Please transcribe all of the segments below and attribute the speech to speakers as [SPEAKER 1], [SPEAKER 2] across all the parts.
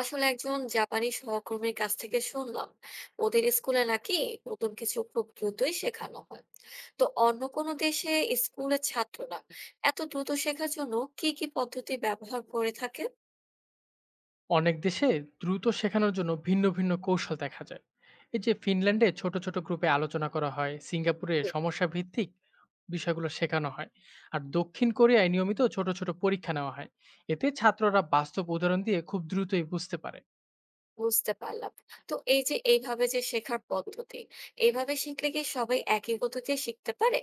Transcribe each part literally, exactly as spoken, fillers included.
[SPEAKER 1] আসলে একজন জাপানি সহকর্মীর কাছ থেকে শুনলাম ওদের স্কুলে নাকি নতুন কিছু খুব দ্রুতই শেখানো হয়। তো অন্য কোনো দেশে স্কুলের ছাত্ররা এত দ্রুত শেখার জন্য কি কি পদ্ধতি ব্যবহার করে থাকে?
[SPEAKER 2] অনেক দেশে দ্রুত শেখানোর জন্য ভিন্ন ভিন্ন কৌশল দেখা যায়। এই যে ফিনল্যান্ডে ছোট ছোট গ্রুপে আলোচনা করা হয়, সিঙ্গাপুরে
[SPEAKER 1] জি,
[SPEAKER 2] সমস্যা ভিত্তিক বিষয়গুলো শেখানো হয়, আর দক্ষিণ কোরিয়ায় নিয়মিত ছোট ছোট পরীক্ষা নেওয়া হয়। এতে ছাত্ররা বাস্তব উদাহরণ দিয়ে খুব দ্রুতই বুঝতে পারে।
[SPEAKER 1] বুঝতে পারলাম। তো এই যে এইভাবে যে শেখার পদ্ধতি, এইভাবে শিখলে কি সবাই একই গতিতে শিখতে পারে?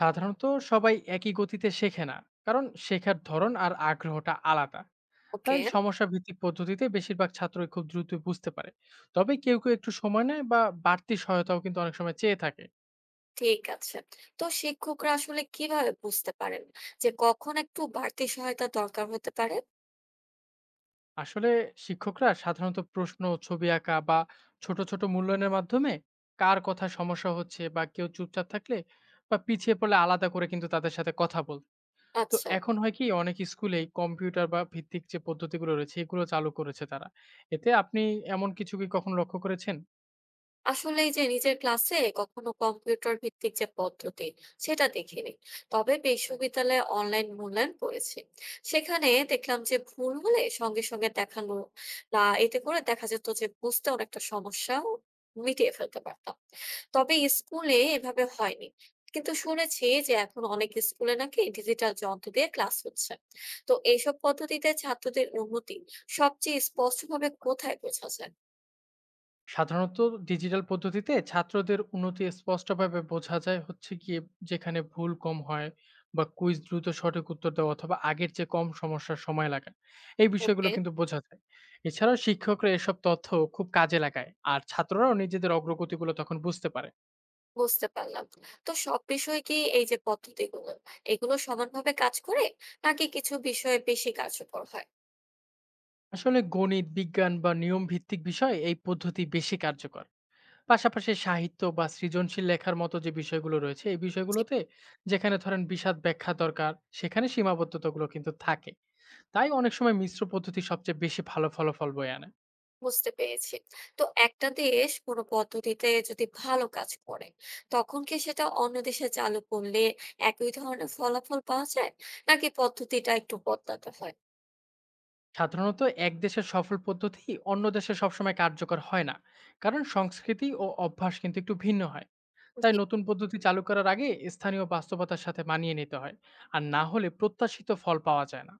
[SPEAKER 2] সাধারণত সবাই একই গতিতে শেখে না, কারণ শেখার ধরন আর আগ্রহটা আলাদা।
[SPEAKER 1] ওকে,
[SPEAKER 2] তাই সমস্যা ভিত্তিক পদ্ধতিতে বেশিরভাগ ছাত্রই খুব দ্রুত বুঝতে পারে। তবে কেউ কেউ একটু সময় নেয় বা বাড়তি সহায়তাও কিন্তু অনেক সময় চেয়ে থাকে।
[SPEAKER 1] ঠিক আছে। তো শিক্ষকরা আসলে কিভাবে বুঝতে পারেন যে কখন একটু বাড়তি সহায়তা দরকার হতে পারে?
[SPEAKER 2] আসলে শিক্ষকরা সাধারণত প্রশ্ন, ছবি আঁকা বা ছোট ছোট মূল্যায়নের মাধ্যমে কার কথা সমস্যা হচ্ছে বা কেউ চুপচাপ থাকলে বা পিছিয়ে পড়লে আলাদা করে কিন্তু তাদের সাথে কথা বল। তো
[SPEAKER 1] আচ্ছা,
[SPEAKER 2] এখন হয় কি, অনেক স্কুলেই কম্পিউটার বা ভিত্তিক যে পদ্ধতিগুলো রয়েছে এগুলো চালু করেছে তারা। এতে আপনি এমন কিছু কি কখনো লক্ষ্য করেছেন?
[SPEAKER 1] আসলে এই যে নিজের ক্লাসে কখনো কম্পিউটার ভিত্তিক যে পদ্ধতি, সেটা দেখিনি। তবে বিশ্ববিদ্যালয়ে অনলাইন মূল্যায়ন করেছি, সেখানে দেখলাম যে ভুল হলে সঙ্গে সঙ্গে দেখানো বা এতে করে দেখা যেত যে বুঝতে অনেকটা সমস্যাও মিটিয়ে ফেলতে পারতাম। তবে স্কুলে এভাবে হয়নি, কিন্তু শুনেছি যে এখন অনেক স্কুলে নাকি ডিজিটাল যন্ত্র দিয়ে ক্লাস হচ্ছে। তো এইসব পদ্ধতিতে ছাত্রদের উন্নতি সবচেয়ে স্পষ্টভাবে কোথায় বোঝা যায়?
[SPEAKER 2] সাধারণত ডিজিটাল পদ্ধতিতে ছাত্রদের উন্নতি স্পষ্টভাবে বোঝা যায় হচ্ছে গিয়ে যেখানে ভুল কম হয় বা কুইজ দ্রুত সঠিক উত্তর দেওয়া অথবা আগের চেয়ে কম সমস্যার সময় লাগা, এই বিষয়গুলো
[SPEAKER 1] ওকে,
[SPEAKER 2] কিন্তু বোঝা যায়। এছাড়াও শিক্ষকরা এসব তথ্য খুব কাজে লাগায়, আর ছাত্ররাও নিজেদের অগ্রগতিগুলো তখন বুঝতে পারে।
[SPEAKER 1] বুঝতে পারলাম। তো সব বিষয়ে কি এই যে পদ্ধতিগুলো, এগুলো সমানভাবে কাজ করে? নাকি কিছু বিষয়ে বেশি কার্যকর হয়?
[SPEAKER 2] আসলে গণিত, বিজ্ঞান বা নিয়ম ভিত্তিক বিষয় এই পদ্ধতি বেশি কার্যকর। পাশাপাশি সাহিত্য বা সৃজনশীল লেখার মতো যে বিষয়গুলো রয়েছে, এই
[SPEAKER 1] জি,
[SPEAKER 2] বিষয়গুলোতে যেখানে ধরেন বিশদ ব্যাখ্যা দরকার, সেখানে সীমাবদ্ধতাগুলো কিন্তু থাকে। তাই অনেক সময় মিশ্র পদ্ধতি সবচেয়ে বেশি ভালো ফলাফল বয়ে আনে।
[SPEAKER 1] বুঝতে পেরেছি। তো একটা দেশ কোনো পদ্ধতিতে যদি ভালো কাজ করে, তখন কি সেটা অন্য দেশে চালু করলে একই ধরনের ফলাফল পাওয়া যায়? নাকি পদ্ধতিটা একটু বদলাতে হয়?
[SPEAKER 2] সাধারণত এক দেশের সফল পদ্ধতি অন্য দেশে সবসময় কার্যকর হয় না। কারণ সংস্কৃতি ও অভ্যাস কিন্তু একটু ভিন্ন হয়। তাই
[SPEAKER 1] জি,
[SPEAKER 2] নতুন পদ্ধতি চালু করার আগে স্থানীয় বাস্তবতার সাথে মানিয়ে নিতে হয়। আর না হলে প্রত্যাশিত ফল পাওয়া যায় না।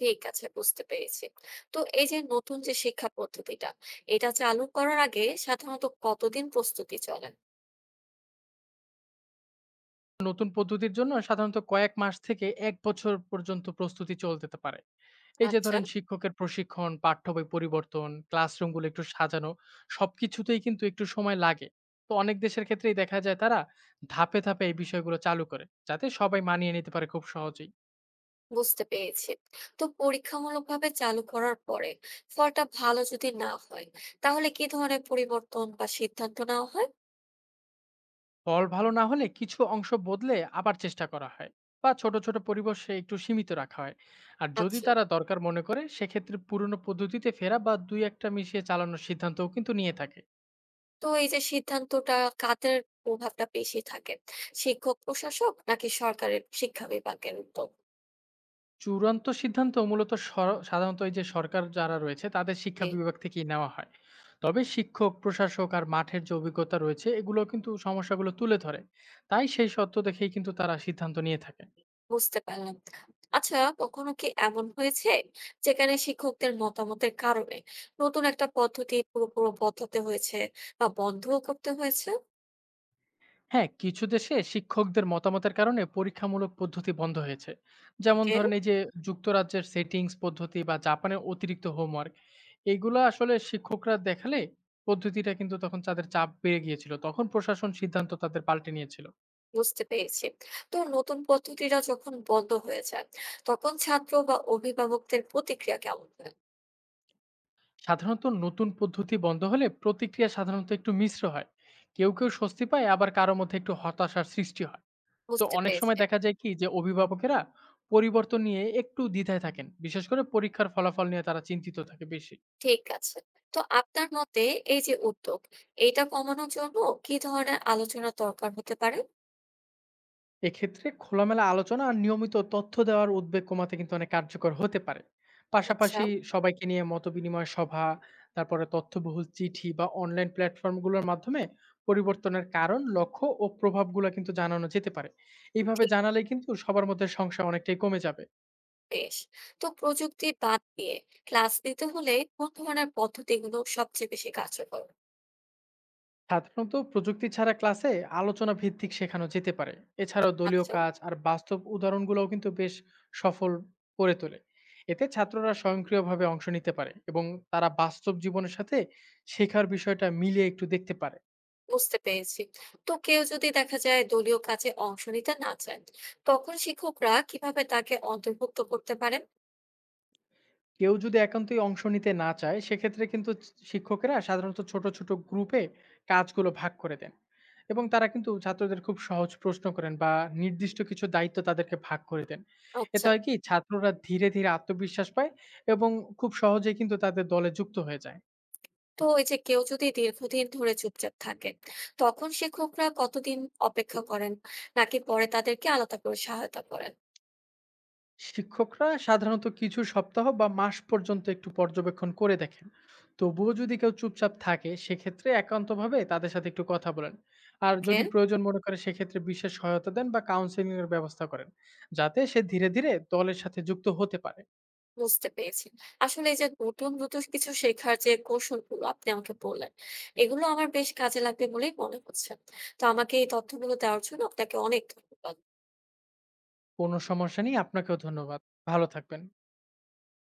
[SPEAKER 1] ঠিক আছে, বুঝতে পেরেছি। তো এই যে নতুন যে শিক্ষা পদ্ধতিটা, এটা চালু করার আগে সাধারণত কতদিন প্রস্তুতি চলে?
[SPEAKER 2] নতুন পদ্ধতির জন্য সাধারণত কয়েক মাস থেকে এক বছর পর্যন্ত প্রস্তুতি চলতে তে পারে। এই যে
[SPEAKER 1] আচ্ছা।
[SPEAKER 2] ধরেন শিক্ষকের প্রশিক্ষণ, পাঠ্য বই পরিবর্তন, ক্লাসরুমগুলো একটু সাজানো, সবকিছুতেই কিন্তু একটু সময় লাগে। তো অনেক দেশের ক্ষেত্রেই দেখা যায় তারা ধাপে ধাপে এই বিষয়গুলো চালু করে, যাতে সবাই মানিয়ে নিতে পারে খুব সহজেই।
[SPEAKER 1] বুঝতে পেরেছি। তো পরীক্ষামূলকভাবে চালু করার পরে ফলটা ভালো যদি না হয়, তাহলে কি ধরনের পরিবর্তন বা সিদ্ধান্ত নেওয়া হয়?
[SPEAKER 2] ফল ভালো না হলে কিছু অংশ বদলে আবার চেষ্টা করা হয় বা ছোট ছোট পরিবেশে একটু সীমিত রাখা হয়। আর যদি
[SPEAKER 1] আচ্ছা।
[SPEAKER 2] তারা দরকার মনে করে সেক্ষেত্রে পুরনো পদ্ধতিতে ফেরা বা দুই এক টা মিশিয়ে চালানোর সিদ্ধান্তও কিন্তু নিয়ে থাকে।
[SPEAKER 1] তো এই যে সিদ্ধান্তটা, কাদের প্রভাবটা বেশি থাকে? শিক্ষক, প্রশাসক নাকি সরকারের শিক্ষা বিভাগের উদ্যোগ?
[SPEAKER 2] চূড়ান্ত সিদ্ধান্ত মূলত সর সাধারণত এই যে সরকার যারা রয়েছে তাদের শিক্ষা
[SPEAKER 1] যে
[SPEAKER 2] বিভাগ থেকেই নেওয়া হয়। তবে শিক্ষক, প্রশাসক আর মাঠের যে অভিজ্ঞতা রয়েছে এগুলো কিন্তু সমস্যাগুলো তুলে ধরে। তাই সেই সত্য দেখেই কিন্তু তারা সিদ্ধান্ত নিয়ে থাকে।
[SPEAKER 1] বুঝতে পারলাম। আচ্ছা, কখনো কি এমন হয়েছে যেখানে শিক্ষকদের মতামতের কারণে নতুন একটা পদ্ধতি পুরোপুরি বদলাতে হয়েছে বা বন্ধও করতে হয়েছে?
[SPEAKER 2] হ্যাঁ, কিছু দেশে শিক্ষকদের মতামতের কারণে পরীক্ষামূলক পদ্ধতি বন্ধ হয়েছে। যেমন ধরেন এই যে যুক্তরাজ্যের সেটিংস পদ্ধতি বা জাপানের অতিরিক্ত হোমওয়ার্ক, এগুলো আসলে শিক্ষকরা দেখালে পদ্ধতিটা কিন্তু তখন তাদের চাপ বেড়ে গিয়েছিল। তখন প্রশাসন সিদ্ধান্ত তাদের পাল্টে নিয়েছিল।
[SPEAKER 1] বুঝতে পেরেছি। তো নতুন পদ্ধতিটা যখন বন্ধ হয়ে যায়, তখন ছাত্র বা অভিভাবকদের প্রতিক্রিয়া কেমন হয়?
[SPEAKER 2] সাধারণত নতুন পদ্ধতি বন্ধ হলে প্রতিক্রিয়া সাধারণত একটু মিশ্র হয়। কেউ কেউ স্বস্তি পায়, আবার কারো মধ্যে একটু হতাশার সৃষ্টি হয়। তো
[SPEAKER 1] বুঝতে
[SPEAKER 2] অনেক সময়
[SPEAKER 1] পেরেছি,
[SPEAKER 2] দেখা যায় কি যে, অভিভাবকেরা পরিবর্তন নিয়ে একটু দ্বিধায় থাকেন, বিশেষ করে পরীক্ষার ফলাফল নিয়ে তারা চিন্তিত থাকে বেশি।
[SPEAKER 1] ঠিক আছে। তো আপনার মতে এই যে উদ্যোগ, এইটা কমানোর জন্য কি ধরনের আলোচনা দরকার হতে পারে?
[SPEAKER 2] এক্ষেত্রে খোলামেলা আলোচনা আর নিয়মিত তথ্য দেওয়ার উদ্বেগ কমাতে কিন্তু অনেক কার্যকর হতে পারে।
[SPEAKER 1] আচ্ছা,
[SPEAKER 2] পাশাপাশি সবাইকে নিয়ে মতবিনিময় সভা, তারপরে তথ্যবহুল চিঠি বা অনলাইন প্ল্যাটফর্মগুলোর মাধ্যমে পরিবর্তনের কারণ, লক্ষ্য ও প্রভাবগুলো কিন্তু জানানো যেতে পারে। এইভাবে
[SPEAKER 1] ঠিক,
[SPEAKER 2] জানালে কিন্তু সবার মধ্যে সংশয় অনেকটাই কমে যাবে।
[SPEAKER 1] বেশ। তো প্রযুক্তি বাদ দিয়ে ক্লাস নিতে হলে কোন ধরনের পদ্ধতিগুলো সবচেয়ে বেশি কার্যকর?
[SPEAKER 2] সাধারণত প্রযুক্তি ছাড়া ক্লাসে আলোচনা ভিত্তিক শেখানো যেতে পারে। এছাড়াও দলীয়
[SPEAKER 1] আচ্ছা,
[SPEAKER 2] কাজ আর বাস্তব উদাহরণগুলোও কিন্তু বেশ সফল করে তোলে। এতে ছাত্ররা স্বয়ংক্রিয়ভাবে অংশ নিতে পারে এবং তারা বাস্তব জীবনের সাথে শেখার বিষয়টা মিলিয়ে একটু দেখতে পারে।
[SPEAKER 1] বুঝতে পেরেছি। তো কেউ যদি দেখা যায় দলীয় কাজে অংশ নিতে না চায়, তখন শিক্ষকরা কিভাবে তাকে অন্তর্ভুক্ত করতে পারেন?
[SPEAKER 2] কেউ যদি একান্তই অংশ নিতে না চায়, সেক্ষেত্রে কিন্তু ছি শিক্ষকেরা সাধারণত ছোট ছোট গ্রুপে কাজগুলো ভাগ করে দেন। এবং তারা কিন্তু ছাত্রদের খুব সহজ প্রশ্ন করেন বা নির্দিষ্ট কিছু দায়িত্ব তাদেরকে ভাগ করে দেন। এতে
[SPEAKER 1] আচ্ছা।
[SPEAKER 2] হয় কি ছাত্ররা ধীরে ধীরে আত্মবিশ্বাস পায় এবং খুব সহজেই কিন্তু তাদের দলে যুক্ত হয়ে যায়।
[SPEAKER 1] তো এই যে কেউ যদি দীর্ঘদিন ধরে চুপচাপ থাকে, তখন শিক্ষকরা কতদিন অপেক্ষা করেন, নাকি পরে তাদেরকে আলাদা করে সহায়তা করেন?
[SPEAKER 2] শিক্ষকরা সাধারণত কিছু সপ্তাহ বা মাস পর্যন্ত একটু পর্যবেক্ষণ করে দেখেন। তবুও যদি কেউ চুপচাপ থাকে সেক্ষেত্রে একান্তভাবে তাদের সাথে একটু কথা বলেন। আর
[SPEAKER 1] ওকে,
[SPEAKER 2] যদি প্রয়োজন মনে করে সেক্ষেত্রে বিশেষ সহায়তা দেন বা কাউন্সেলিং এর ব্যবস্থা করেন, যাতে সে ধীরে ধীরে দলের সাথে যুক্ত হতে পারে।
[SPEAKER 1] বুঝতে পেরেছি। আসলে এই যে নতুন নতুন কিছু শেখার যে কৌশলগুলো আপনি আমাকে বললেন, এগুলো আমার বেশ কাজে লাগবে বলেই মনে হচ্ছে। তো আমাকে এই তথ্যগুলো দেওয়ার জন্য আপনাকে অনেক ধন্যবাদ।
[SPEAKER 2] কোনো সমস্যা নেই, আপনাকেও ধন্যবাদ। ভালো থাকবেন।